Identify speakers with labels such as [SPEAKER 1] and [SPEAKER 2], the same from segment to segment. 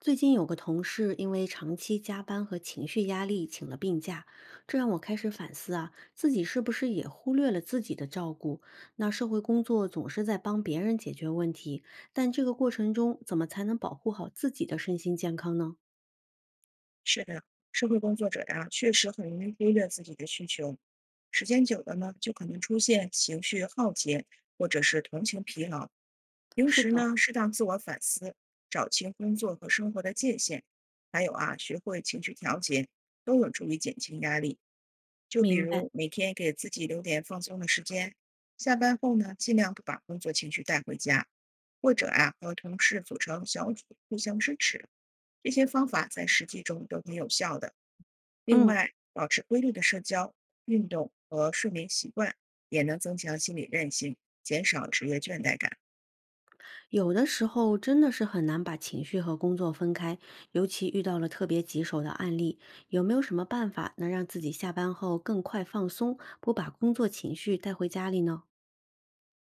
[SPEAKER 1] 最近有个同事因为长期加班和情绪压力请了病假，这让我开始反思啊，自己是不是也忽略了自己的照顾？那社会工作总是在帮别人解决问题，但这个过程中怎么才能保护好自己的身心健康呢？
[SPEAKER 2] 是的，社会工作者呀、确实很容易忽略自己的需求，时间久了呢，就可能出现情绪耗竭或者是同情疲劳。平
[SPEAKER 1] 是
[SPEAKER 2] 时
[SPEAKER 1] 的，
[SPEAKER 2] 呢，适当自我反思，找清工作和生活的界限，还有啊，学会情绪调节，都有助于减轻压力。就比
[SPEAKER 1] 明白。
[SPEAKER 2] 如 每天给自己留点放松的时间，下班后呢，尽量不把工作情绪带回家，或者啊，和同事组成小组互相支持，这些方法在实际中都很有效的。另
[SPEAKER 1] 嗯，
[SPEAKER 2] 外，保持规律的社交、运动和睡眠习惯，也能增强心理韧性，减少职业倦怠感。
[SPEAKER 1] 有的时候真的是很难把情绪和工作分开，尤其遇到了特别棘手的案例，有没有什么办法能让自己下班后更快放松，不把工作情绪带回家里呢？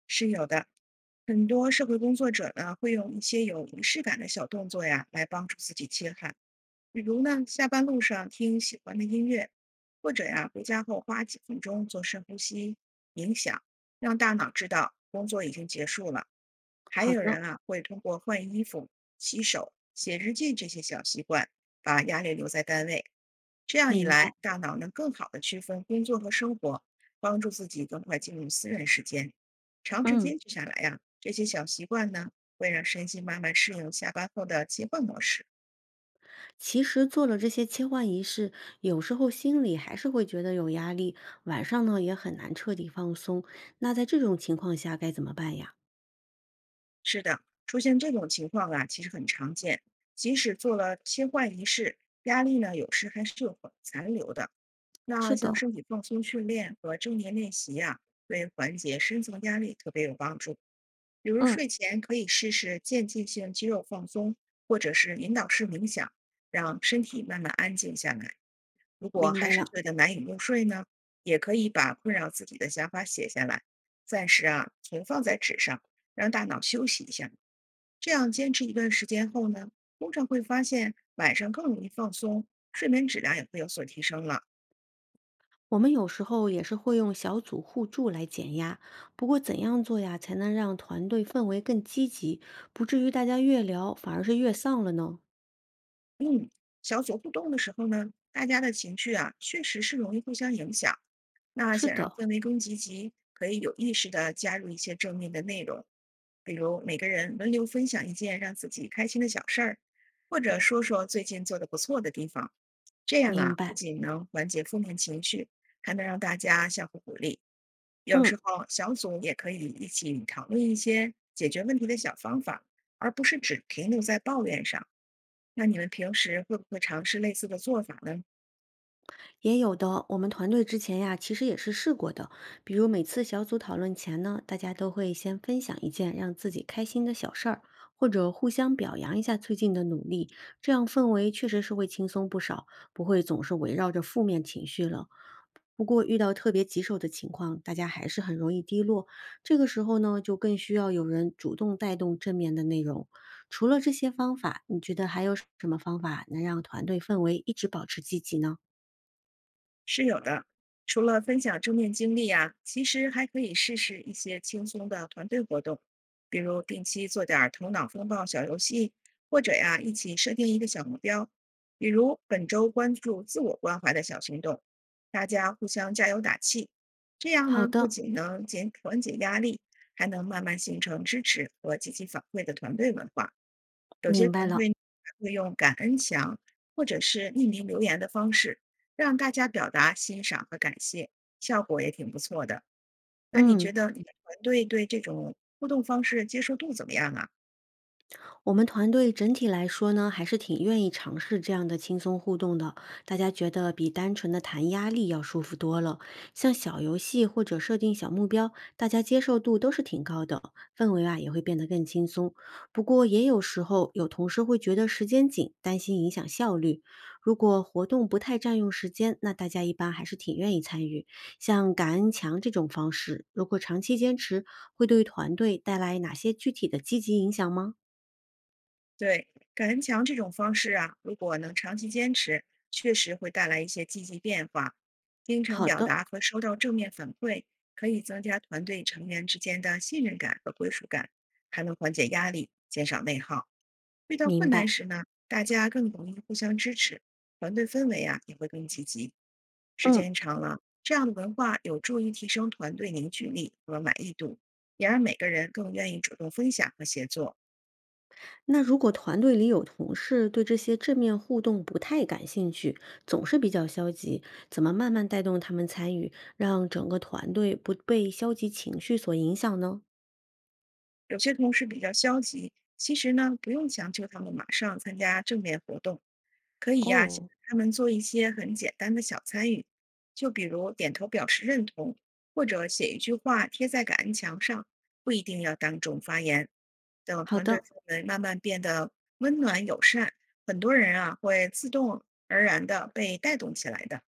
[SPEAKER 2] 是有的，很多社会工作者呢会用一些有仪式感的小动作呀来帮助自己切汗，比如呢下班路上听喜欢的音乐，或者呀回家后花几分钟做深呼吸冥想，让大脑知道工作已经结束了。还
[SPEAKER 1] 好
[SPEAKER 2] 有
[SPEAKER 1] 的，
[SPEAKER 2] 人啊，会通过换衣服、洗手、写日记这些小习惯，把压力留在单位。这样一
[SPEAKER 1] 明
[SPEAKER 2] 来，
[SPEAKER 1] 白。
[SPEAKER 2] 大脑能更好的区分工作和生活，帮助自己更快进入私人时间。长时
[SPEAKER 1] 嗯，
[SPEAKER 2] 间坚下来呀、这些小习惯呢，会让身心慢慢适应下班后的切换模式。
[SPEAKER 1] 其实做了这些切换仪式，有时候心里还是会觉得有压力，晚上呢也很难彻底放松。那在这种情况下该怎么办呀？
[SPEAKER 2] 是的，出现这种情况啊，其实很常见。即使做了切换仪式，压力呢有时还是有残留的。那
[SPEAKER 1] 是
[SPEAKER 2] 像
[SPEAKER 1] 的，
[SPEAKER 2] 身体放松训练和正念练习呀、对缓解深层压力特别有帮助。比如
[SPEAKER 1] 嗯，
[SPEAKER 2] 睡前可以试试渐进性肌肉放松，或者是引导式冥想，让身体慢慢安静下来。如果
[SPEAKER 1] 明
[SPEAKER 2] 还
[SPEAKER 1] 白
[SPEAKER 2] 是
[SPEAKER 1] 了。
[SPEAKER 2] 觉得难以入睡呢，也可以把困扰自己的想法写下来，暂时啊存放在纸上，让大脑休息一下。这样坚持一段时间后呢，通常会发现晚上更容易放松，睡眠质量也会有所提升了。
[SPEAKER 1] 我们有时候也是会用小组互助来减压，不过怎样做呀，才能让团队氛围更积极，不至于大家越聊反而是越丧了呢？
[SPEAKER 2] 小组互动的时候呢，大家的情绪啊，确实是容易互相影响。那
[SPEAKER 1] 是
[SPEAKER 2] 想让
[SPEAKER 1] 的，
[SPEAKER 2] 氛围更积极，可以有意识的加入一些正面的内容，比如每个人轮流分享一件让自己开心的小事儿，或者说说最近做的不错的地方。这样
[SPEAKER 1] 明
[SPEAKER 2] 啊，不
[SPEAKER 1] 白。
[SPEAKER 2] 仅能缓解负面情绪，还能让大家相互鼓励。有
[SPEAKER 1] 嗯。
[SPEAKER 2] 时候小组也可以一起讨论一些解决问题的小方法，而不是只停留在抱怨上。那你们平时会不会尝试类似的做法呢？
[SPEAKER 1] 也有的，我们团队之前呀，其实也是试过的。比如每次小组讨论前呢，大家都会先分享一件让自己开心的小事儿，或者互相表扬一下最近的努力，这样氛围确实是会轻松不少，不会总是围绕着负面情绪了。不过遇到特别棘手的情况，大家还是很容易低落。这个时候呢，就更需要有人主动带动正面的内容。除了这些方法，你觉得还有什么方法能让团队氛围一直保持积极呢？
[SPEAKER 2] 是有的，除了分享正面经历啊，其实还可以试试一些轻松的团队活动，比如定期做点儿头脑风暴小游戏，或者呀、一起设定一个小目标，比如本周关注自我关怀的小行动，大家互相加油打气。这样
[SPEAKER 1] 好
[SPEAKER 2] 呢，不
[SPEAKER 1] 的，
[SPEAKER 2] 仅能减缓解压力，还能慢慢形成支持和积极反馈的团队文化。有些
[SPEAKER 1] 明白
[SPEAKER 2] 团队
[SPEAKER 1] 了，
[SPEAKER 2] 还会用感恩墙或者是匿名留言的方式，让大家表达欣赏和感谢，效果也挺不错的。那你
[SPEAKER 1] 嗯，
[SPEAKER 2] 觉得你的团队对这种互动方式接受度怎么样啊？
[SPEAKER 1] 我们团队整体来说呢，还是挺愿意尝试这样的轻松互动的。大家觉得比单纯的谈压力要舒服多了。像小游戏或者设定小目标，大家接受度都是挺高的，氛围啊也会变得更轻松。不过也有时候有同事会觉得时间紧，担心影响效率。如果活动不太占用时间，那大家一般还是挺愿意参与。像感恩墙这种方式，如果长期坚持，会对团队带来哪些具体的积极影响吗？
[SPEAKER 2] 对，感恩墙这种方式啊，如果能长期坚持，确实会带来一些积极变化。经常
[SPEAKER 1] 好
[SPEAKER 2] 表
[SPEAKER 1] 的，
[SPEAKER 2] 达和收到正面反馈，可以增加团队成员之间的信任感和归属感，还能缓解压力，减少内耗。遇到
[SPEAKER 1] 明
[SPEAKER 2] 困难
[SPEAKER 1] 白。
[SPEAKER 2] 时呢，大家更容易互相支持，团队氛围啊也会更积极。时
[SPEAKER 1] 嗯，
[SPEAKER 2] 间长了，这样的文化有助于提升团队凝聚力和满意度，也让每个人更愿意主动分享和协作。
[SPEAKER 1] 那如果团队里有同事对这些正面互动不太感兴趣，总是比较消极，怎么慢慢带动他们参与，让整个团队不被消极情绪所影响呢？
[SPEAKER 2] 有些同事比较消极，其实呢，不用强求他们马上参加正面活动，可以呀、先
[SPEAKER 1] 哦，
[SPEAKER 2] 让他们做一些很简单的小参与，就比如点头表示认同，或者写一句话贴在感恩墙上，不一定要当众发言。等
[SPEAKER 1] 好
[SPEAKER 2] 团队
[SPEAKER 1] 的，
[SPEAKER 2] 氛围慢慢变得温暖友善，很多人啊会自动而然的被带动起来的。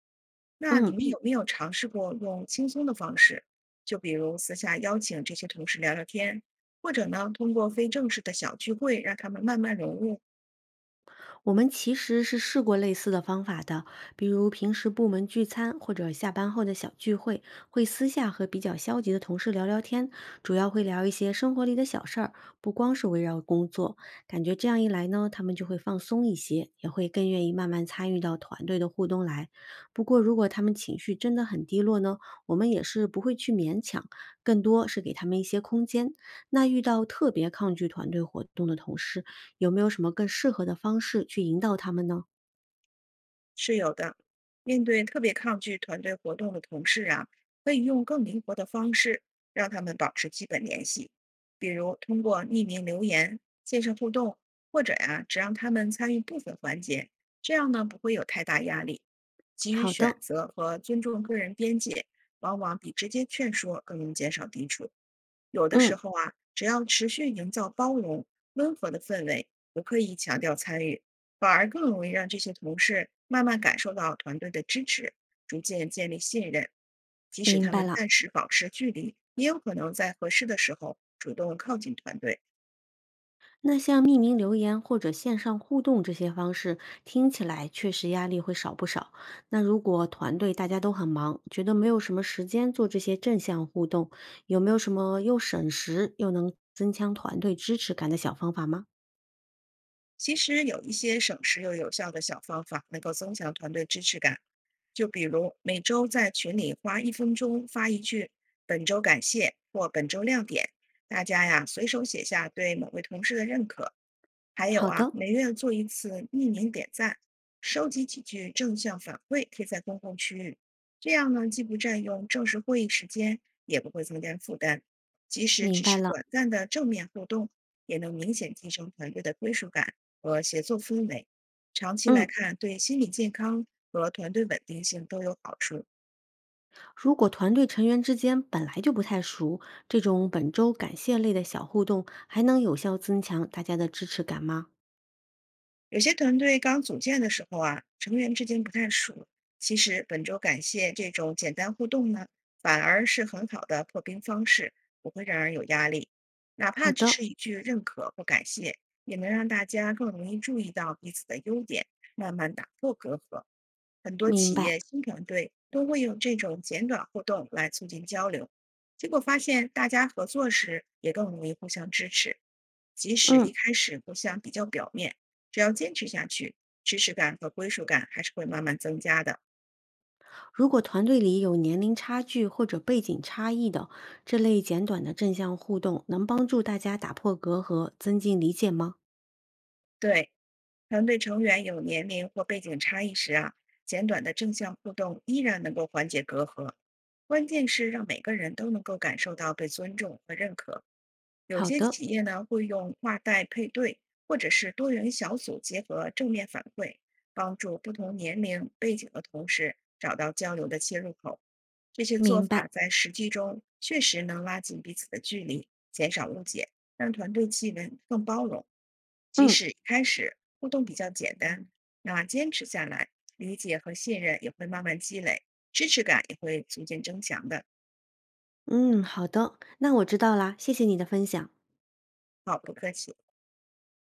[SPEAKER 2] 那你
[SPEAKER 1] 嗯。
[SPEAKER 2] 们有没有尝试过用轻松的方式，就比如私下邀请这些同事聊聊天，或者呢通过非正式的小聚会让他们慢慢融入？
[SPEAKER 1] 我们其实是试过类似的方法的，比如平时部门聚餐或者下班后的小聚会，会私下和比较消极的同事聊聊天，主要会聊一些生活里的小事儿，不光是围绕工作。感觉这样一来呢，他们就会放松一些，也会更愿意慢慢参与到团队的互动来。不过，如果他们情绪真的很低落呢，我们也是不会去勉强，更多是给他们一些空间。那遇到特别抗拒团队活动的同事，有没有什么更适合的方式去引导他们呢？
[SPEAKER 2] 是有的。面对特别抗拒团队活动的同事啊，可以用更灵活的方式让他们保持基本联系，比如通过匿名留言、线上互动，或者呀、只让他们参与部分环节，这样呢不会有太大压力。给予
[SPEAKER 1] 好
[SPEAKER 2] 选
[SPEAKER 1] 的，
[SPEAKER 2] 择和尊重个人边界，往往比直接劝说更能减少抵触。有的时
[SPEAKER 1] 嗯，
[SPEAKER 2] 候啊，只要持续营造包容、温和的氛围，不刻意强调参与，反而更容易让这些同事慢慢感受到团队的支持，逐渐建立信任。即使
[SPEAKER 1] 明
[SPEAKER 2] 他
[SPEAKER 1] 白
[SPEAKER 2] 们
[SPEAKER 1] 了。
[SPEAKER 2] 暂时保持距离，也有可能在合适的时候主动靠近团队。
[SPEAKER 1] 那像匿名留言或者线上互动这些方式，听起来确实压力会少不少。那如果团队大家都很忙，觉得没有什么时间做这些正向互动，有没有什么又省时又能增强团队支持感的小方法吗？
[SPEAKER 2] 其实有一些省时又有效的小方法，能够增强团队支持感。就比如每周在群里花一分钟发一句“本周感谢”或“本周亮点”，大家呀随手写下对某位同事的认可，还有
[SPEAKER 1] 好
[SPEAKER 2] 啊，
[SPEAKER 1] 的，
[SPEAKER 2] 每月做一次匿名点赞，收集几句正向反馈，贴在公共区域。这样呢，既不占用正式会议时间，也不会增加负担。即使
[SPEAKER 1] 明
[SPEAKER 2] 只
[SPEAKER 1] 白
[SPEAKER 2] 是
[SPEAKER 1] 了。
[SPEAKER 2] 短暂的正面互动，也能明显提升团队的归属感和协作氛围。长期来
[SPEAKER 1] 嗯。
[SPEAKER 2] 看，对心理健康和团队稳定性都有好处。
[SPEAKER 1] 如果团队成员之间本来就不太熟，这种本周感谢类的小互动，还能有效增强大家的支持感吗？
[SPEAKER 2] 有些团队刚组建的时候啊，成员之间不太熟。其实本周感谢这种简单互动呢，反而是很好的破冰方式，不会让人有压力。哪怕
[SPEAKER 1] 好
[SPEAKER 2] 只
[SPEAKER 1] 的，
[SPEAKER 2] 是一句认可或感谢，也能让大家更容易注意到彼此的优点，慢慢打破隔阂。很多
[SPEAKER 1] 明
[SPEAKER 2] 企
[SPEAKER 1] 白。
[SPEAKER 2] 业新团队都会用这种简短互动来促进交流，结果发现大家合作时也更容易互相支持，即使一
[SPEAKER 1] 嗯，
[SPEAKER 2] 开始互相比较表面。只要坚持下去，知识感和归属感还是会慢慢增加的。
[SPEAKER 1] 如果团队里有年龄差距或者背景差异的，这类简短的正向互动能帮助大家打破隔阂，增进理解吗？
[SPEAKER 2] 对，团队成员有年龄或背景差异时啊，简短的正向互动依然能够缓解隔阂。关键是让每个人都能够感受到被尊重和认可。有
[SPEAKER 1] 好
[SPEAKER 2] 些
[SPEAKER 1] 的，
[SPEAKER 2] 企业呢会用跨代配对或者是多元小组结合正面反馈，帮助不同年龄背景的同事找到交流的切入口。这些做
[SPEAKER 1] 明
[SPEAKER 2] 法
[SPEAKER 1] 白。
[SPEAKER 2] 在实际中确实能拉近彼此的距离，减少误解，让团队气氛更包容。即
[SPEAKER 1] 嗯
[SPEAKER 2] 使一开始互动比较简单，那坚持下来，理解和信任也会慢慢积累，支持感也会逐渐增强的。
[SPEAKER 1] 嗯，好的，那我知道啦，谢谢你的分享。
[SPEAKER 2] 好，不客气。